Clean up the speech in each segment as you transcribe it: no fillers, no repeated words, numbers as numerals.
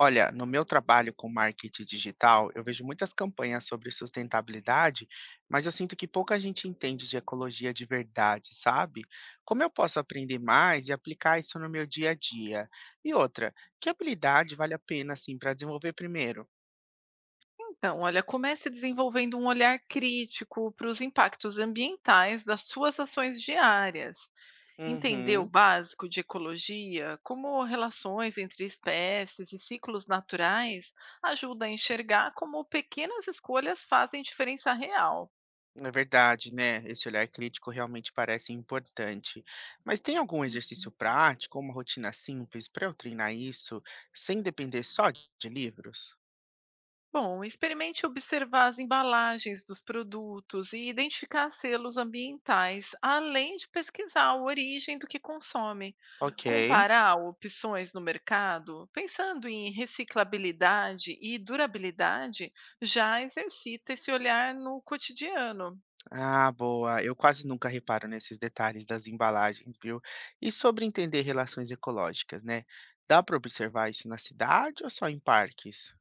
Olha, no meu trabalho com marketing digital, eu vejo muitas campanhas sobre sustentabilidade, mas eu sinto que pouca gente entende de ecologia de verdade, sabe? Como eu posso aprender mais e aplicar isso no meu dia a dia? E outra, que habilidade vale a pena assim para desenvolver primeiro? Então, olha, comece desenvolvendo um olhar crítico para os impactos ambientais das suas ações diárias. Entender o Uhum, básico de ecologia, como relações entre espécies e ciclos naturais, ajuda a enxergar como pequenas escolhas fazem diferença real. é verdade, né? Esse olhar crítico realmente parece importante. Mas tem algum exercício prático, uma rotina simples para eu treinar isso sem depender só de livros? Bom, experimente observar as embalagens dos produtos e identificar selos ambientais, além de pesquisar a origem do que consome. Ok. Comparar opções no mercado, pensando em reciclabilidade e durabilidade, já exercita esse olhar no cotidiano. Ah, boa. Eu quase nunca reparo nesses detalhes das embalagens, viu? E sobre entender relações ecológicas, né? Dá para observar isso na cidade ou só em parques?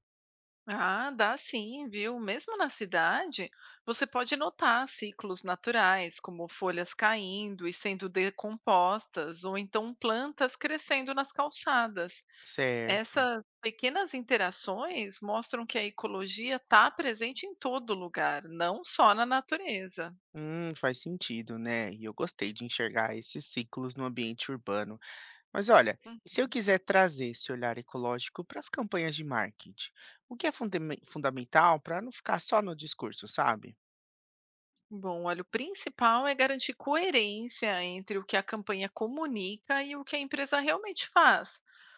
Ah, dá sim, viu? Mesmo na cidade, você pode notar ciclos naturais, como folhas caindo e sendo decompostas, ou então plantas crescendo nas calçadas. Certo. Essas pequenas interações mostram que a ecologia está presente em todo lugar, não só na natureza. Faz sentido, né? E eu gostei de enxergar esses ciclos no ambiente urbano. Mas olha, e se eu quiser trazer esse olhar ecológico para as campanhas de marketing, o que é fundamental para não ficar só no discurso, sabe? Bom, olha, o principal é garantir coerência entre o que a campanha comunica e o que a empresa realmente faz,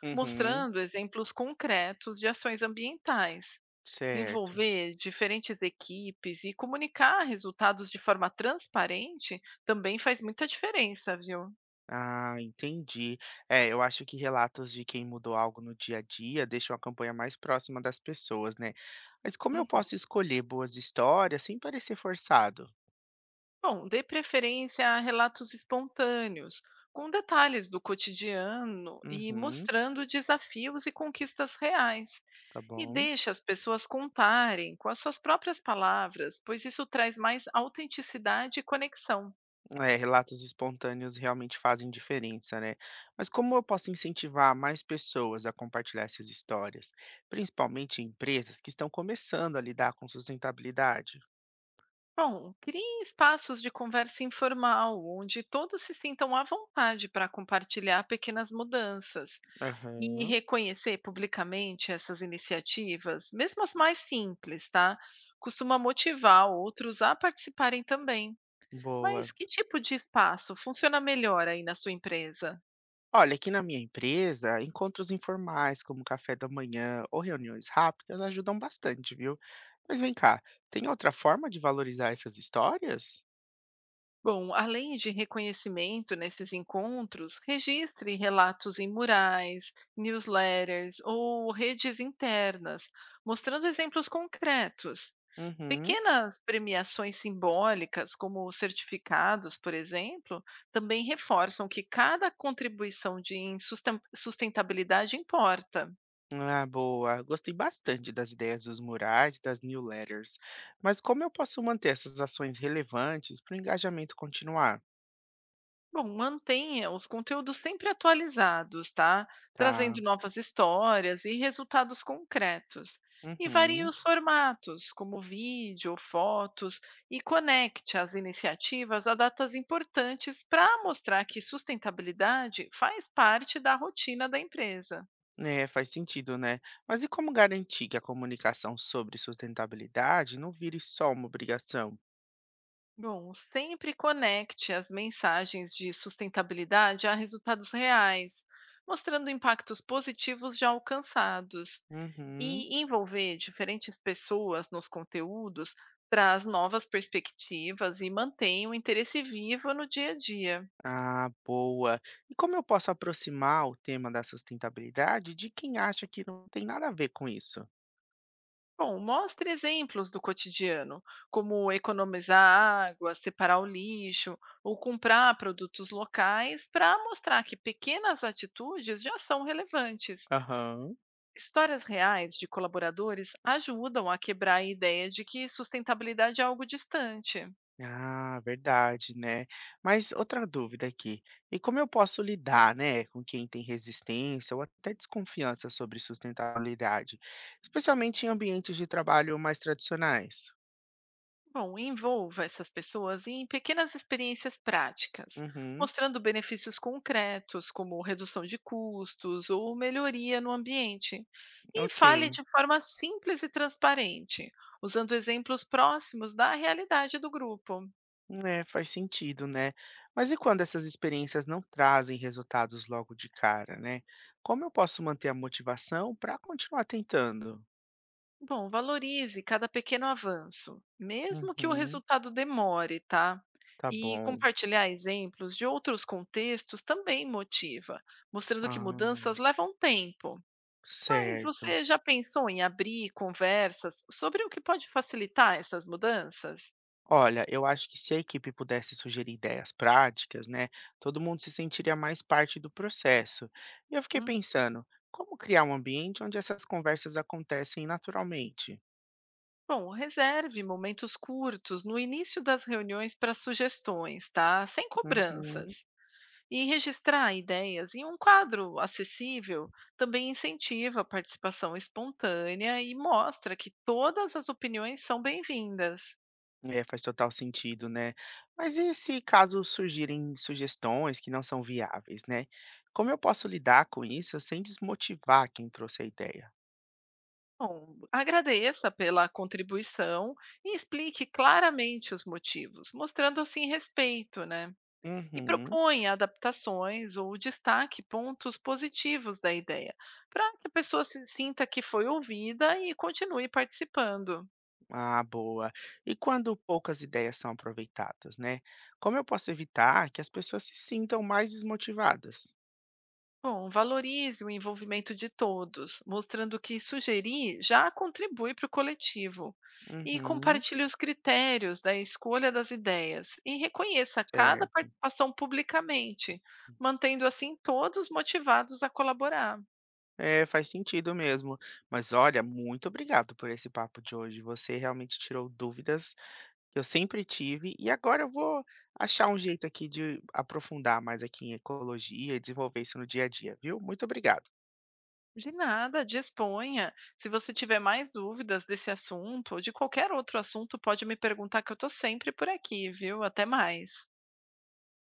Uhum, mostrando exemplos concretos de ações ambientais. certo. Envolver diferentes equipes e comunicar resultados de forma transparente também faz muita diferença, viu? Ah, entendi. É, eu acho que relatos de quem mudou algo no dia a dia deixam a campanha mais próxima das pessoas, né? Mas como eu Uhum. posso escolher boas histórias sem parecer forçado? Bom, dê preferência a relatos espontâneos, com detalhes do cotidiano e Uhum, mostrando desafios e conquistas reais. tá E bom. deixe as pessoas contarem com as suas próprias palavras, pois isso traz mais autenticidade e conexão. É, relatos espontâneos realmente fazem diferença, né? Mas como eu posso incentivar mais pessoas a compartilhar essas histórias, principalmente empresas que estão começando a lidar com sustentabilidade? Bom, crie espaços de conversa informal, onde todos se sintam à vontade para compartilhar pequenas mudanças e Aham, reconhecer publicamente essas iniciativas, mesmo as mais simples, tá? Costuma motivar outros a participarem também. Mas boa. que tipo de espaço funciona melhor aí na sua empresa? Olha, aqui na minha empresa, encontros informais, como café da manhã ou reuniões rápidas, ajudam bastante, viu? Mas vem cá, tem outra forma de valorizar essas histórias? Bom, além de reconhecimento nesses encontros, registre relatos em murais, newsletters ou redes internas, mostrando exemplos concretos. Uhum. Pequenas premiações simbólicas, como certificados, por exemplo, também reforçam que cada contribuição de sustentabilidade importa. Ah, boa. Gostei bastante das ideias dos murais e das newsletters. Mas como eu posso manter essas ações relevantes para o engajamento continuar? Bom, mantenha os conteúdos sempre atualizados, tá? Tá. Trazendo novas histórias e resultados concretos. E varie Uhum. os formatos, como vídeo, fotos, e conecte as iniciativas a datas importantes para mostrar que sustentabilidade faz parte da rotina da empresa. É, faz sentido, né? Mas e como garantir que a comunicação sobre sustentabilidade não vire só uma obrigação? Bom, sempre conecte as mensagens de sustentabilidade a resultados reais, mostrando impactos positivos já alcançados. Uhum. E envolver diferentes pessoas nos conteúdos traz novas perspectivas e mantém o interesse vivo no dia a dia. Ah, boa. E como eu posso aproximar o tema da sustentabilidade de quem acha que não tem nada a ver com isso? Bom, mostre exemplos do cotidiano, como economizar água, separar o lixo ou comprar produtos locais, para mostrar que pequenas atitudes já são relevantes. Aham. Histórias reais de colaboradores ajudam a quebrar a ideia de que sustentabilidade é algo distante. Ah, verdade, né? Mas outra dúvida aqui. E como eu posso lidar, né, com quem tem resistência ou até desconfiança sobre sustentabilidade, especialmente em ambientes de trabalho mais tradicionais? Bom, envolva essas pessoas em pequenas experiências práticas, Uhum, mostrando benefícios concretos, como redução de custos ou melhoria no ambiente. E ok. fale de forma simples e transparente, usando exemplos próximos da realidade do grupo. É, faz sentido, né? Mas e quando essas experiências não trazem resultados logo de cara, né? Como eu posso manter a motivação para continuar tentando? Bom, valorize cada pequeno avanço, mesmo que o Uhum, resultado demore, tá? tá E bom. compartilhar exemplos de outros contextos também motiva, mostrando que Ah, mudanças levam tempo. Mas certo. você já pensou em abrir conversas sobre o que pode facilitar essas mudanças? Olha, eu acho que se a equipe pudesse sugerir ideias práticas, né, todo mundo se sentiria mais parte do processo. E eu fiquei Hum. pensando, como criar um ambiente onde essas conversas acontecem naturalmente? Bom, reserve momentos curtos no início das reuniões para sugestões, tá? Sem cobranças. Uhum. E registrar ideias em um quadro acessível também incentiva a participação espontânea e mostra que todas as opiniões são bem-vindas. É, faz total sentido, né. Mas e se caso surgirem sugestões que não são viáveis, né, como eu posso lidar com isso sem desmotivar quem trouxe a ideia? Bom, agradeça pela contribuição e explique claramente os motivos, mostrando assim respeito, né? E Uhum. propõe adaptações ou destaque pontos positivos da ideia, para que a pessoa se sinta que foi ouvida e continue participando. Ah, boa. E quando poucas ideias são aproveitadas, né, como eu posso evitar que as pessoas se sintam mais desmotivadas? Bom, valorize o envolvimento de todos, mostrando que sugerir já contribui para o coletivo. E Uhum, compartilhe os critérios da escolha das ideias e reconheça cada certo. participação publicamente, mantendo assim todos motivados a colaborar. É, faz sentido mesmo. Mas olha, muito obrigado por esse papo de hoje. Você realmente tirou dúvidas que eu sempre tive, e agora eu vou achar um jeito aqui de aprofundar mais aqui em ecologia e desenvolver isso no dia a dia, viu? Muito obrigado. De nada, disponha. Se você tiver mais dúvidas desse assunto ou de qualquer outro assunto, pode me perguntar que eu estou sempre por aqui, viu? Até mais.